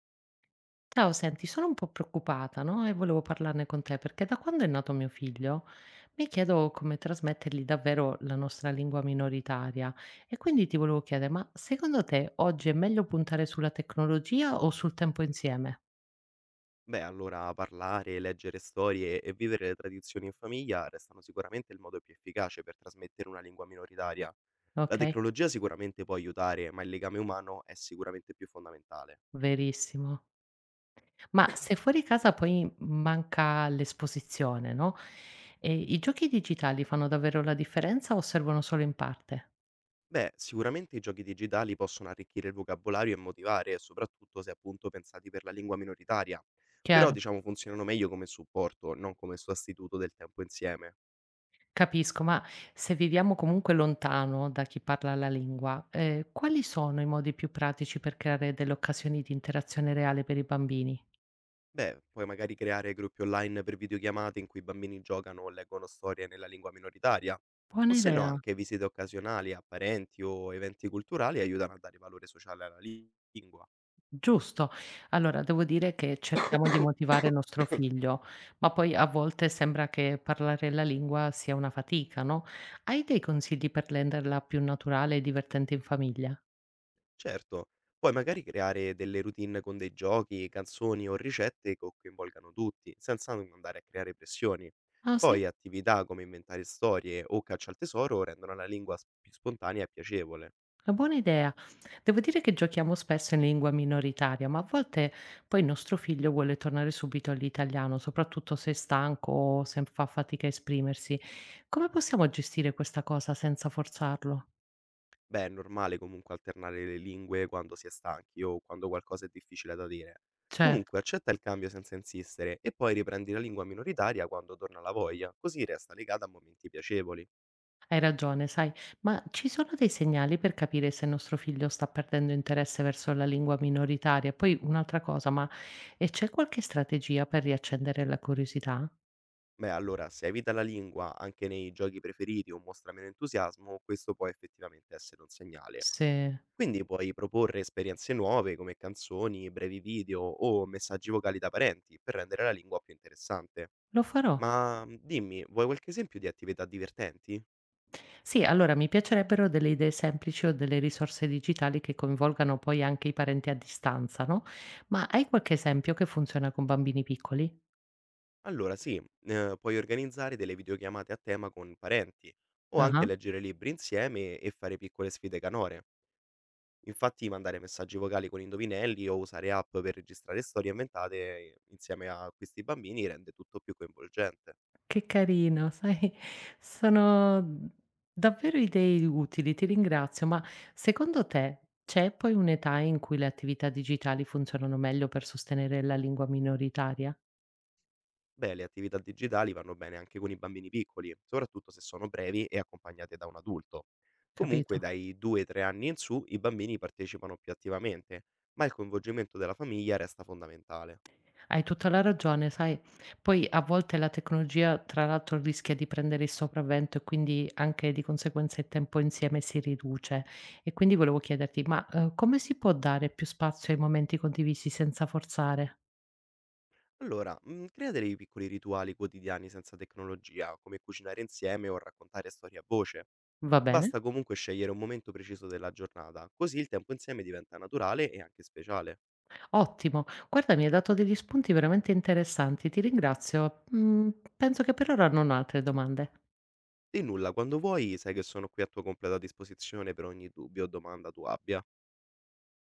Ciao, senti, sono un po' preoccupata, no? E volevo parlarne con te perché da quando è nato mio figlio mi chiedo come trasmettergli davvero la nostra lingua minoritaria e quindi ti volevo chiedere, ma secondo te oggi è meglio puntare sulla tecnologia o sul tempo insieme? Beh, allora parlare, leggere storie e vivere le tradizioni in famiglia restano sicuramente il modo più efficace per trasmettere una lingua minoritaria. La Ok? tecnologia sicuramente può aiutare, ma il legame umano è sicuramente più fondamentale. Verissimo. Ma se fuori casa poi manca l'esposizione, no? E i giochi digitali fanno davvero la differenza o servono solo in parte? Beh, sicuramente i giochi digitali possono arricchire il vocabolario e motivare, soprattutto se appunto pensati per la lingua minoritaria, però Chiaro? diciamo funzionano meglio come supporto, non come sostituto del tempo insieme. Capisco, ma se viviamo comunque lontano da chi parla la lingua, quali sono i modi più pratici per creare delle occasioni di interazione reale per i bambini? Beh, puoi magari creare gruppi online per videochiamate in cui i bambini giocano o leggono storie nella lingua minoritaria. O Buona se no, idea, anche visite occasionali a parenti o eventi culturali aiutano a dare valore sociale alla lingua. giusto. Allora, devo dire che cerchiamo di motivare nostro figlio, ma poi a volte sembra che parlare la lingua sia una fatica, no? Hai dei consigli per renderla più naturale e divertente in famiglia? Certo, puoi magari creare delle routine con dei giochi, canzoni o ricette che coinvolgano tutti, senza andare a creare pressioni. Ah, sì? Poi attività come inventare storie o caccia al tesoro rendono la lingua più spontanea e piacevole. Una buona idea. Devo dire che giochiamo spesso in lingua minoritaria, ma a volte poi il nostro figlio vuole tornare subito all'italiano, soprattutto se è stanco o se fa fatica a esprimersi. Come possiamo gestire questa cosa senza forzarlo? Beh, è normale comunque alternare le lingue quando si è stanchi o quando qualcosa è difficile da dire. Certo, Comunque accetta il cambio senza insistere e poi riprendi la lingua minoritaria quando torna la voglia, così resta legata a momenti piacevoli. hai ragione, sai, ma ci sono dei segnali per capire se il nostro figlio sta perdendo interesse verso la lingua minoritaria? Poi un'altra cosa, ma e c'è qualche strategia per riaccendere la curiosità? Beh, allora, se evita la lingua anche nei giochi preferiti o mostra meno entusiasmo, questo può effettivamente essere un segnale. Se Quindi puoi proporre esperienze nuove come canzoni, brevi video o messaggi vocali da parenti per rendere la lingua più interessante. lo farò. Ma dimmi, vuoi qualche esempio di attività divertenti? Sì, allora mi piacerebbero delle idee semplici o delle risorse digitali che coinvolgano poi anche i parenti a distanza, no? Ma hai qualche esempio che funziona con bambini piccoli? Allora sì, puoi organizzare delle videochiamate a tema con parenti o anche Ah-ah. leggere libri insieme e fare piccole sfide canore. Infatti mandare messaggi vocali con indovinelli o usare app per registrare storie inventate insieme a questi bambini rende tutto più coinvolgente. Che carino, sai, sono davvero idee utili, ti ringrazio, ma secondo te c'è poi un'età in cui le attività digitali funzionano meglio per sostenere la lingua minoritaria? Beh, le attività digitali vanno bene anche con i bambini piccoli, soprattutto se sono brevi e accompagnate da un adulto. Comunque Capito? dai 2-3 anni in su i bambini partecipano più attivamente, ma il coinvolgimento della famiglia resta fondamentale. Hai tutta la ragione, sai, poi a volte la tecnologia tra l'altro rischia di prendere il sopravvento e quindi anche di conseguenza il tempo insieme si riduce. E quindi volevo chiederti, ma, come si può dare più spazio ai momenti condivisi senza forzare? Allora, crea dei piccoli rituali quotidiani senza tecnologia, come cucinare insieme o raccontare storie a voce. Va bene, Basta comunque scegliere un momento preciso della giornata, così il tempo insieme diventa naturale e anche speciale. ottimo. Guarda mi hai dato degli spunti veramente interessanti, ti ringrazio. Mhmm, penso che per ora non ho altre domande. Di nulla, quando vuoi sai che sono qui a tua completa disposizione per ogni dubbio o domanda tu abbia.